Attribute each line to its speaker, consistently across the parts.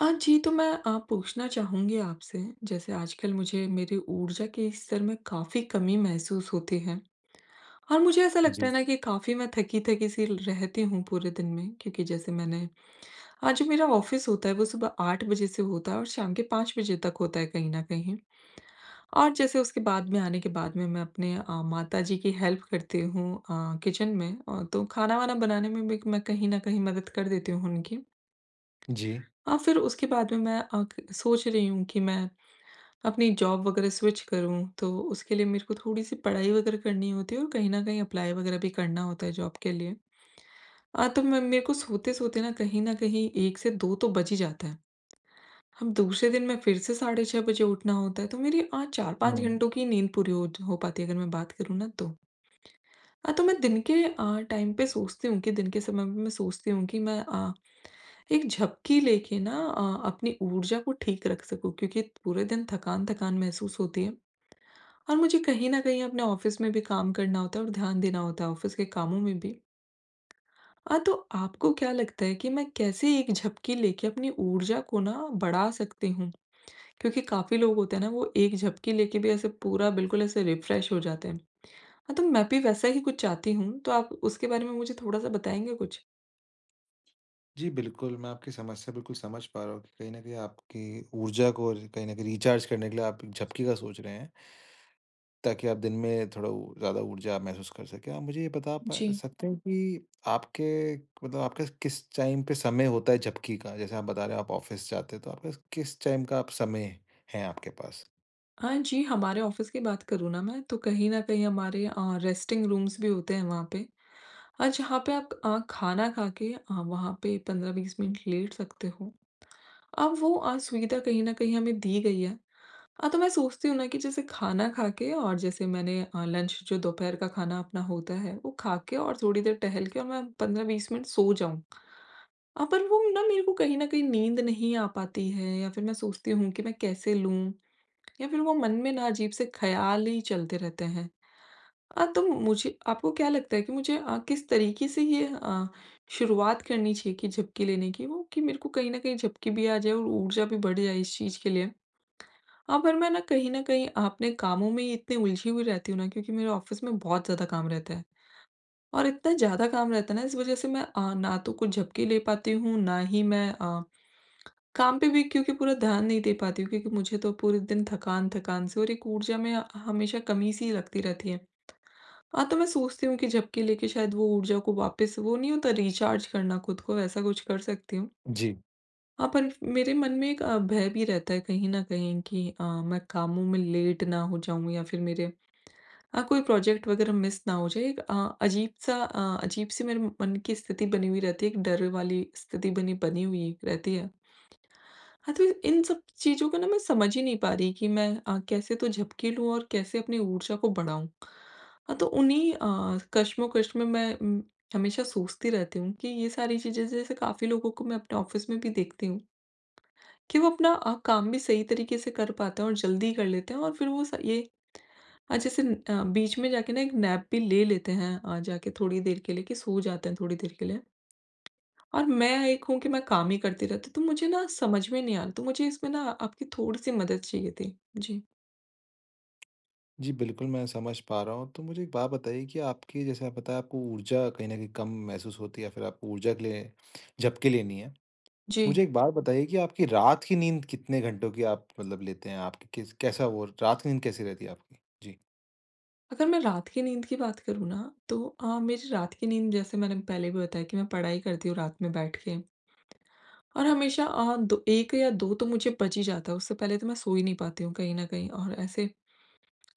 Speaker 1: हाँ जी, तो मैं पूछना चाहूँगी आपसे, जैसे आजकल मुझे मेरी ऊर्जा के स्तर में काफ़ी कमी महसूस होती है। और मुझे ऐसा लगता
Speaker 2: जी,
Speaker 1: है ना कि काफ़ी मैं थकी-थकी सी रहती हूँ पूरे दिन में, क्योंकि जैसे मैंने आज जो मेरा ऑफ़िस होता है वो सुबह 8 बजे से होता है और शाम के 5 बजे तक होता है कहीं न कहीं। और जैसे उसके बाद में आने के बाद में मैं अपने माताजी की हेल्प करती हूँ किचन में तो खाना-वाना बनाने में भी मैं कहीं न कहीं मदद कर देती हूँ उनकी।
Speaker 2: जी।
Speaker 1: हाँ, फिर उसके बाद में मैं अ, क सोच रही हूँ कि मैं अपनी जॉब वगैरह स्विच करूँ, तो उसके लिए मेरे को थोड़ी-सी पढ़ाई वगैरह करनी होती है और कहीं न कहीं अप्लाई वगैरह भी करना होता है जॉब के लिए। तो मैं मेरे को सोते-सोते ना कहीं न कहीं 1 से 2 तो बज ही जाता है। अब दूसरे दिन मैं फिर से साढ़े 6 बजे उठना होता है, तो मेरी 4-5
Speaker 2: हुँ।
Speaker 1: घंटों की नींद पूरी हो पाती है अगर मैं बात करूँ ना तो। हाँ, तो मैं दिन के टाइम पे सोचती हूँ कि दिन के समय में मैं सोचती हूँ कि मैं एक झपकी लेके ना अपनी ऊर्जा को ठीक रख सकूँ क्योंकि पूरे दिन थकान-थकान महसूस होती है और मुझे कहीं न कहीं अपने ऑफ़िस में भी काम करना होता है और ध्यान देना होता है ऑफ़िस के कामों में भी। तो आपको क्या लगता है कि मैं कैसे एक झपकी लेके अपनी ऊर्जा को ना बढ़ा सकती हूँ? क्योंकि काफ़ी लोग होते हैं ना वो एक झपकी लेके भी ऐसे पूरा बिल्कुल ऐसे रिफ़्रेश हो जाते हैं। हाँ, तो मैं भी वैसा ही कुछ चाहती हूँ, तो आप उसके बारे में मुझे थोड़ा-सा बताएँगे कुछ?
Speaker 2: जी, बिल्कुल, मैं आपकी समस्या बिल्कुल समझ पा रहा हूँ कि कहीं न कहीं आपकी ऊर्जा को कहीं न कहीं रिचार्ज करने के लिए आप एक झपकी का सोच रहे हैं, ताकि आप दिन में थोड़ा उ ज़्यादा ऊर्जा आप महसूस कर सकें। आप मुझे ये बता पा
Speaker 1: जी।
Speaker 2: सकते हैं कि आपके मतलब आपके किस टाइम पे समय होता है झपकी का? जैसे आप बता रहे हैं आप ऑफ़िस जाते हैं, तो आपके किस टाइम का आप समय है आपके पास?
Speaker 1: हाँ जी, हमारे ऑफ़िस की बात करूँ ना मैं, तो कहीं न कहीं हमारे रेस्टिंग रूम्स भी होते हैं वहाँ पे। जहाँ पे आप खाना खा के वहाँ पे 15-20 मिनट लेट सकते हो। अब वो सुविधा कहीं न कहीं हमें दी गई है। हाँ, तो मैं सोचती हूँ ना कि जैसे खाना खा के और जैसे मैंने लंच जो दोपहर का खाना अपना होता है वो खा के और थोड़ी देर टहल के और मैं 15-20 मिनट सो जाऊँ। पर वो ना मेरे को कहीं न कहीं नींद नहीं आ पाती है या फिर मैं सोचती हूँ कि मैं कैसे लूँ? या फिर वो मन में ना अजीब से ख़्याल ही चलते रहते हैं। तो मुझे आपको क्या लगता है कि मुझे किस तरीके से ये शुरुआत करनी चाहिए कि झपकी लेने की वो कि मेरे को कहीं न कहीं झपकी भी आ जाए और ऊर्जा भी बढ़ जाए इस चीज़ के लिए? हाँ, पर मैं ना कहीं न कहीं अपने कामों में ही इतनी उलझी हुई रहती हूँ ना क्योंकि मेरे ऑफ़िस में बहुत ज़्यादा काम रहता है और इतना ज़्यादा काम रहता है ना इस वज़ह से मैं ना तो कुछ झपकी ले पाती हूँ, ना ही मैं काम पे भी क्योंकि पूरा ध्यान नहीं दे पाती हूँ क्योंकि मुझे तो पूरे दिन थकान-थकान से और एक ऊर्जा में हमेशा कमी-सी लगती रहती है। हाँ, तो मैं सोचती हूँ कि झपकी लेके शायद वो ऊर्जा को वापस वो नहीं होता रिचार्ज करना खुद को वैसा कुछ कर सकती हूँ।
Speaker 2: जी।
Speaker 1: हाँ, पर मेरे मन में एक भय भी रहता है कहीं न कहीं कि मैं कामों में लेट ना हो जाऊँ या फिर मेरे हाँ, कोई प्रोजेक्ट वगैरह मिस ना हो जाए। एक अजीब-सी मेरे मन की स्थिति बनी हुई रहती है, एक डर वाली स्थिति बनी बनी हुई रहती है। हाँ, तो इन सब चीज़ों को ना मैं समझ ही नहीं पा रही कि मैं कैसे तो झपकी लूँ और कैसे अपनी ऊर्जा को बढ़ाऊँ। हाँ, तो उन्हीं कश्मोकश में मैं हमेशा सोचती रहती हूँ कि ये सारी चीज़ें जैसे काफ़ी लोगों को मैं अपने ऑफ़िस में भी देखती हूँ। कि वो अपना काम भी सही तरीके से कर पाते हैं और जल्दी कर लेते हैं और फिर वो स ये अ, जैसे न- अ, बीच में जाके ना एक नैप भी ले लेते हैं जाके थोड़ी देर के लिए कि सो जाते हैं थोड़ी देर के लिए। और मैं एक हूँ कि मैं काम ही करती रहती हूँ, तो मुझे ना समझ में नहीं आ रहा, तो मुझे इसमें ना आपकी थोड़ी-सी मदद चाहिए थी। जी।
Speaker 2: जी, बिल्कुल, मैं समझ पा रहा हूँ। तो मुझे एक बात बताइए कि आपकी जैसे आप बताया आपको ऊर्जा कहीं न कहीं कम महसूस होती है या फिर आपको ऊर्जा के लिए झपकी लेनी है।
Speaker 1: जी।
Speaker 2: मुझे एक बात बताइए कि आपकी रात की नींद कितने घंटों की आप मतलब लेते हैं? आपकी किस कैसा वो रात की नींद कैसी रहती है आपकी? जी।
Speaker 1: अगर मैं रात की नींद की बात करूँ ना, तो मेरी रात की नींद जैसे मैंने पहले भी बताया कि मैं पढ़ाई करती हूँ रात में बैठ के। और हमेशा दो 1 या 2 तो मुझे बच ही जाता है, उससे पहले तो मैं सो ही नहीं पाती हूँ कहीं न कहीं और ऐसे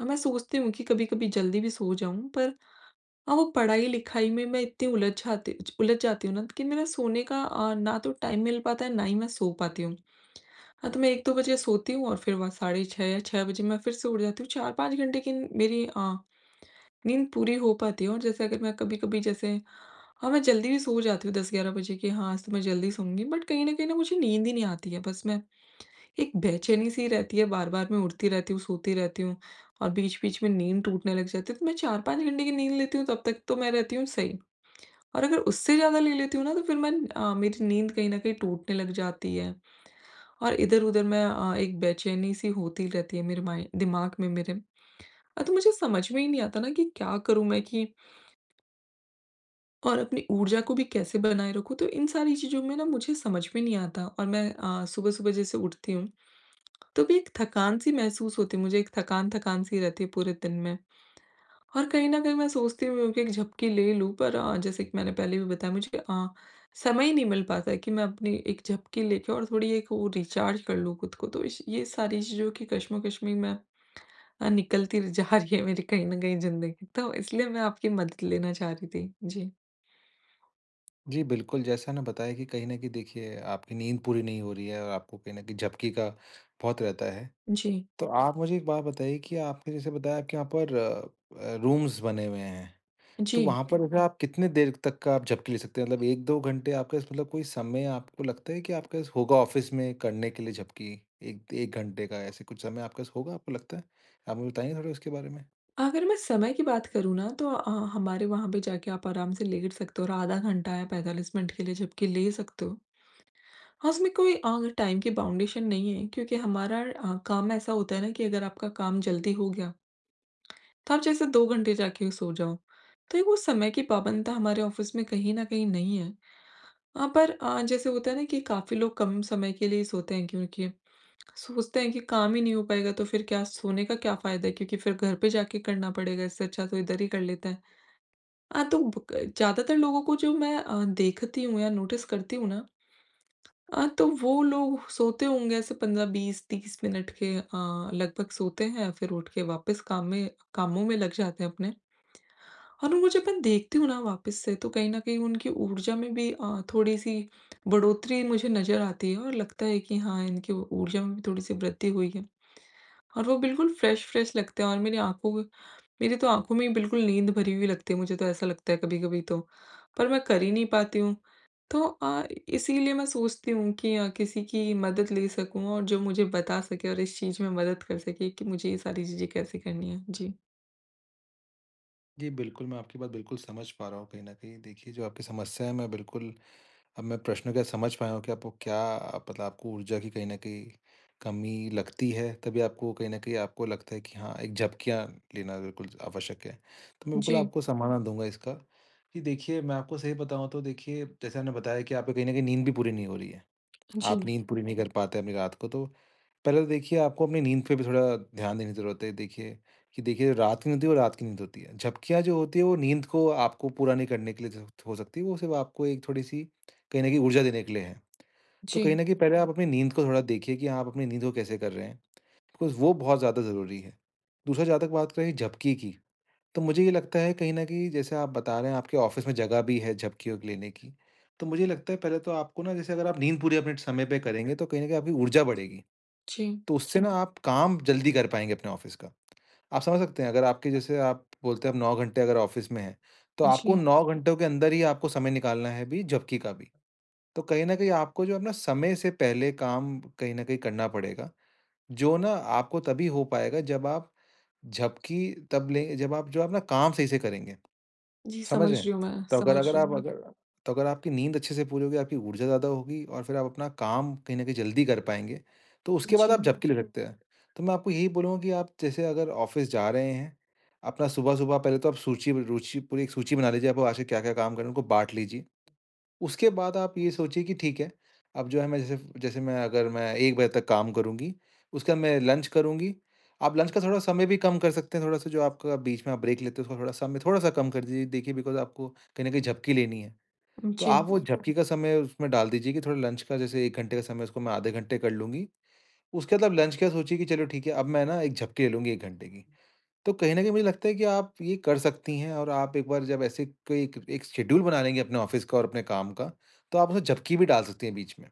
Speaker 1: मैं सोचती हूँ कि कभी-कभी जल्दी भी सो जाऊँ पर वो पढ़ाई-लिखाई में मैं इतनी उलझ जाती हूँ ना कि मेरा सोने का ना तो टाइम मिल पाता है, ना ही मैं सो पाती हूँ। हाँ, तो मैं 1-2 बजे सोती हूँ और फिर वहाँ साढ़े 6 या 6 बजे मैं फिर से उठ जाती हूँ, 4-5 घंटे की मेरी नींद पूरी हो पाती है और जैसे अगर मैं कभी-कभी जैसे हाँ, मैं जल्दी भी सो जाती हूँ 10-11 बजे कि हाँ, आज तो मैं जल्दी सोऊँगी बट कहीं न कहीं ना मुझे नींद ही नहीं आती है। बस मैं एक बेचैनी-सी रहती है, बार-बार मैं उठती रहती हूँ, सोती रहती हूँ और बीच-बीच में नींद टूटने लग जाती है। तो मैं 4-5 घंटे की नींद लेती हूँ तब तक तो मैं रहती हूँ सही और अगर उससे ज़्यादा ले लेती हूँ ना तो फिर मैं मेरी नींद कहीं न कहीं टूटने लग जाती है और इधर-उधर मैं एक बेचैनी-सी होती रहती है मेरे माइ दिमाग में मेरे। तो मुझे समझ में ही नहीं आता ना कि क्या करूँ मैं कि और अपनी ऊर्जा को भी कैसे बनाए रखूँ, तो इन सारी चीज़ों में ना मुझे समझ में नहीं आता और मैं सुबह-सुबह जैसे उठती हूँ, तो भी एक थकान-सी महसूस होती है मुझे, एक थकान-थकान सी रहती है पूरे दिन में। और कहीं न कहीं मैं सोचती भी हूँ कि एक झपकी ले लूँ, पर जैसे कि मैंने पहले भी बताया मुझे समय ही नहीं मिल पाता है कि मैं अपनी एक झपकी लेके और थोड़ी एक वो रिचार्ज कर लूँ खुद को, तो इस ये सारी चीज़ों की कशमकश में मैं अ, निकलती र जा रही है मेरी कहीं न कहीं ज़िंदगी, तो इसलिए मैं आपकी मदद लेना चाह रही थी। जी।
Speaker 2: जी, बिल्कुल, जैसा ना बताया कि कहीं न कहीं देखिए आपकी नींद पूरी नहीं हो रही है और आपको कहीं न कहीं झपकी का बहुत रहता है।
Speaker 1: जी।
Speaker 2: तो आप मुझे एक बात बताइए कि आपने जैसे बताया आपके यहाँ पर रूम्स बने हुए हैं। तो
Speaker 1: जी।
Speaker 2: वहाँ पर अगर आप कितने देर तक का आप झपकी ले सकते हैं? मतलब 1-2 घंटे आपके पास मतलब कोई समय आपको लगता है कि आपके पास होगा ऑफ़िस में करने के लिए झपकी, 1 घंटे का ऐसे कुछ समय आपके पास होगा आपको लगता है? आप मुझे बताएँगे थोड़ा उसके बारे में?
Speaker 1: अगर मैं समय की बात करूँ ना तो हमारे वहाँ पे जाके आप आराम से लेट सकते हो और आधा घंटा या 45 मिनट के लिए झपकी ले सकते हो। हाँ, उसमें कोई टाइम की बाउंडेशन नहीं है क्योंकि हमारा काम ऐसा होता है ना कि अगर आपका काम जल्दी हो गया, तो आप जैसे 2 घंटे जाके सो जाओ। तो एक वो समय की पाबंदता हमारे ऑफ़िस में कहीं न कहीं नहीं है। पर जैसे होता है ना कि काफ़ी लोग कम समय के लिए ही सोते हैं क्योंकि सोचते हैं कि काम ही नहीं हो पाएगा तो फिर क्या सोने का क्या फ़ायदा है क्योंकि फिर घर पे जाके करना पड़ेगा इससे अच्छा तो इधर ही कर लेते हैं। हाँ, तो ब क ज़्यादातर लोगों को जो मैं देखती हूँ या नोटिस करती हूँ ना तो वो लोग सोते होंगे ऐसे 15, 20, 30 मिनट के लगभग सोते हैं, फिर उठ के वापस कामों में लग जाते हैं अपने। और वो जब मैं देखती हूँ ना वापस से तो कहीं न कहीं उनकी ऊर्जा में भी थोड़ी-सी बढ़ोतरी मुझे नज़र आती है और लगता है कि हाँ, इनकी ऊर्जा में भी थोड़ी-सी वृद्धि हुई है। और वो बिल्कुल फ्रेश-फ्रेश लगते हैं और मेरी तो आँखों में ही बिल्कुल नींद भरी हुई लगती है, मुझे तो ऐसा लगता है कभी-कभी तो, पर मैं कर ही नहीं पाती हूँ। तो इसीलिए मैं सोचती हूँ कि किसी की मदद ले सकूँ और जो मुझे बता सके और इस चीज़ में मदद कर सके कि मुझे ये सारी चीज़ें कैसे करनी है। जी।
Speaker 2: जी, बिल्कुल, मैं आपकी बात बिल्कुल समझ पा रहा हूँ कहीं न कहीं। देखिए, जो आपकी समस्या है मैं बिल्कुल अब मैं प्रश्न क्या समझ पाया हूँ कि आपको क्या मतलब आपको ऊर्जा की कहीं न कहीं कमी लगती है, तभी आपको कहीं न कहीं आपको लगता है कि हाँ, एक झपकियाँ लेना बिल्कुल आवश्यक है। तो मैं बिल्कुल
Speaker 1: जी,
Speaker 2: आपको समाधान दूँगा इसका, कि देखिए मैं आपको सही बताऊँ तो देखिए, जैसे आपने बताया कि आपको कहीं न कहीं नींद भी पूरी नहीं हो रही है।
Speaker 1: जी,
Speaker 2: आप नींद पूरी नहीं कर पाते अपनी रात को, तो पहले तो देखिए आपको अपनी नींद पे भी थोड़ा ध्यान देने की ज़रूरत है। देखिए कि देखिए, जो रात की नींद होती है वो रात की नींद होती है। झपकियाँ जो होती है वो नींद को आपको पूरा नहीं करने के लिए जो हो सकती है, वो सिर्फ़ आपको एक थोड़ी-सी कहीं न कहीं ऊर्जा देने के लिए है। तो कहीं
Speaker 1: जी।
Speaker 2: न कहीं पहले आप अपनी नींद को थोड़ा देखिए कि आप अपनी नींद को कैसे कर रहे हैं, बिकॉज़ वो बहुत ज़्यादा ज़रूरी है। दूसरा, जहाँ तक बात करें झपकी की, तो मुझे ये लगता है कहीं न कहीं जैसे आप बता रहे हैं आपके ऑफ़िस में जगह भी है झपकियों के लेने की। तो मुझे लगता है पहले तो आपको ना जैसे अगर आप नींद पूरी अपने समय पे करेंगे, तो कहीं न कहीं आपकी ऊर्जा बढ़ेगी।
Speaker 1: जी,
Speaker 2: तो उससे ना आप काम जल्दी कर पाएँगे अपने ऑफ़िस का। आप समझ सकते हैं, अगर आपके जैसे आप बोलते हैं आप 9 घंटे अगर ऑफ़िस में हैं, तो आपको
Speaker 1: जी।
Speaker 2: 9 घंटों के अंदर ही आपको समय निकालना है भी जबकि का भी। तो कहीं न कहीं आपको जो है ना समय से पहले काम कहीं न कहीं करना पड़ेगा, जो ना आपको तभी हो पाएगा जब आप झपकी तब लें जब आप जो है अपना काम सही से करेंगे।
Speaker 1: जी,
Speaker 2: समझ
Speaker 1: समझ
Speaker 2: रहे हैं?
Speaker 1: रही हूँ मैं,
Speaker 2: तो अगर
Speaker 1: समझ
Speaker 2: अगर
Speaker 1: रही
Speaker 2: आप
Speaker 1: हूँ।
Speaker 2: अगर तो अगर आपकी नींद अच्छे से पूरी होगी, आपकी ऊर्जा ज़्यादा होगी और फिर आप अपना काम कहीं न कहीं जल्दी कर पाएँगे, तो उसके बाद आप
Speaker 1: जी,
Speaker 2: झपकी ले हुँ। सकते हैं। तो मैं आपको यही बोलूँगा कि आप जैसे अगर ऑफ़िस जा रहे हैं, अपना सुबह-सुबह पहले तो आप सूची रूचि पूरी एक सूची बना लीजिए, आपको आज से क्या-क्या काम करना है, उनको बाँट लीजिए। उसके बाद आप ये सोचिए कि ठीक है, अब जो है मैं जैसे जैसे मैं अगर मैं 1 बजे तक काम करूँगी, उसके बाद मैं लंच करूँगी। आप लंच का थोड़ा समय भी कम कर सकते हैं, थोड़ा-सा जो आपका बीच में आप ब्रेक लेते हो उसका थोड़ा समय थोड़ा-सा कम कर दीजिए। देखिए बिकॉज़ आपको कहीं न कहीं झपकी लेनी है। तो आप
Speaker 1: जी,
Speaker 2: वो बिल्कुल। झपकी का समय उसमें डाल दीजिए कि थोड़ा लंच का जैसे 1 घंटे का समय है, उसको मैं आधे घंटे कर लूँगी। उसके बाद आप लंच का सोचिए कि चलो ठीक है, अब मैं ना एक झपकी ले लूँगी 1 घंटे की। तो कहीं न कहीं मुझे लगता है कि आप ये कर सकती हैं और आप एक बार जब ऐसे कोई एक एक शेड्यूल बना लेंगी अपने ऑफ़िस का और अपने काम का, तो आप उसमें झपकी भी डाल सकती हैं बीच में।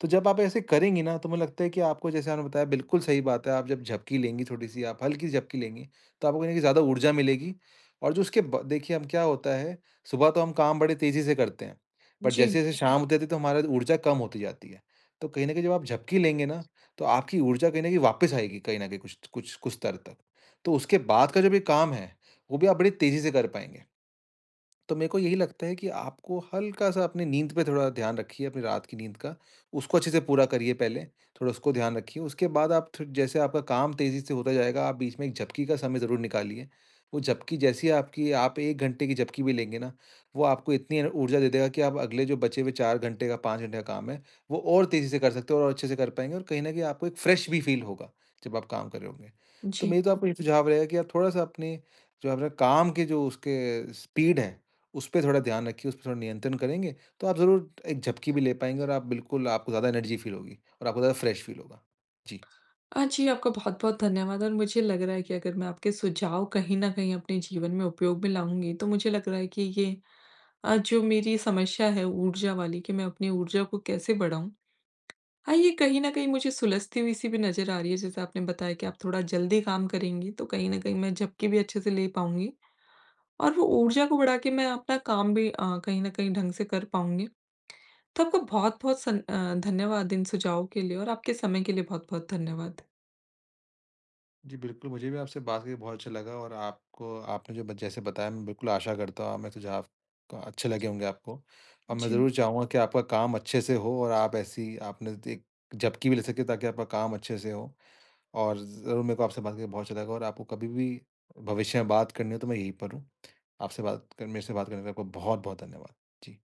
Speaker 2: तो जब आप ऐसे करेंगी ना, तो मुझे लगता है कि आपको जैसे आपने बताया बिल्कुल सही बात है, आप जब झपकी लेंगी थोड़ी-सी, आप हल्की झपकी लेंगी, तो आपको कहीं न कहीं ज़्यादा ऊर्जा मिलेगी और जो उसके ब देखिए हम क्या होता है, सुबह तो हम काम बड़े तेज़ी से करते हैं, बट
Speaker 1: जी,
Speaker 2: जैसे-जैसे शाम होती जाती है, तो हमारा ऊर्जा कम होती जाती है। तो कहीं न कहीं जब आप झपकी लेंगे ना, तो आपकी ऊर्जा कहीं न कहीं वापस आएगी, कहीं न कहीं कुछ कुछ कुछ स्तर तक। तो उसके बाद का जब ये काम है, वो भी आप बड़ी तेज़ी से कर पाएँगे। तो मेरे को यही लगता है कि आपको हल्का-सा अपनी नींद पे थोड़ा ध्यान रखिए, अपनी रात की नींद का। उसको अच्छे से पूरा करिए पहले, थोड़ा उसको ध्यान रखिए। उसके बाद आप थ जैसे आपका काम तेज़ी से होता जाएगा, आप बीच में एक झपकी का समय ज़रूर निकालिए। वो झपकी जैसी आपकी आप 1 घंटे की झपकी भी लेंगे ना, वो आपको इतनी एन ऊर्जा दे देगा कि आप अगले जो बचे हुए 4 घंटे का, 5 घंटे का काम है, वो और तेज़ी से कर सकते हो और अच्छे से कर पाएँगे, और कहीं न कहीं आपको एक फ्रेश भी फ़ील होगा, जब आप काम कर रहे होंगे। तो
Speaker 1: जी।
Speaker 2: मेरी तो आपको ये सुझाव रहेगा कि आप थोड़ा-सा अपने जो अपना काम के जो उसके स्पीड है, उस पे थोड़ा ध्यान रखिए, उस पे थोड़ा नियंत्रण करेंगे, तो आप ज़रूर एक झपकी भी ले पाएँगे और आप बिल्कुल आपको ज़्यादा एनर्जी फ़ील होगी और आपको ज़्यादा फ्रेश फ़ील होगा। जी।
Speaker 1: जी, आपका बहुत-बहुत धन्यवाद और मुझे लग रहा है कि अगर मैं आपके सुझाव कहीं न कहीं अपने जीवन में उपयोग में लाऊँगी, तो मुझे लग रहा है कि ये जो मेरी समस्या है ऊर्जा वाली कि मैं अपनी ऊर्जा को कैसे बढ़ाऊँ। हाँ, ये कहीं न कहीं मुझे सुलझती हुई सी भी नज़र आ रही है, जैसे आपने बताया कि आप थोड़ा जल्दी काम करेंगी, तो कहीं न कहीं मैं झपकी भी अच्छे से ले पाऊँगी और वो ऊर्जा को बढ़ा के मैं अपना काम भी कहीं न कहीं ढंग से कर पाऊँगी। तो आपको बहुत-बहुत धन्यवाद इन सुझावों के लिए और आपके समय के लिए बहुत-बहुत धन्यवाद।
Speaker 2: जी, बिल्कुल, मुझे भी आपसे बात करके बहुत अच्छा लगा और आपको आपने जो ब जैसे बताया मैं बिल्कुल आशा करता हूँ, मैं सुझाव क अच्छे लगे होंगे आपको, और मैं
Speaker 1: जी।
Speaker 2: ज़रूर चाहूँगा कि आपका काम अच्छे से हो और आप ऐसी आपने एक झपकी भी ले सकें ताकि आपका काम अच्छे से हो, और ज़रूर मेरे को आपसे बात करके बहुत अच्छा लगा और आपको कभी भी भविष्य में बात करनी हो तो मैं यहीं पर हूँ। आपसे बात कर मेरे से बात करने का आपका बहुत-बहुत धन्यवाद। जी।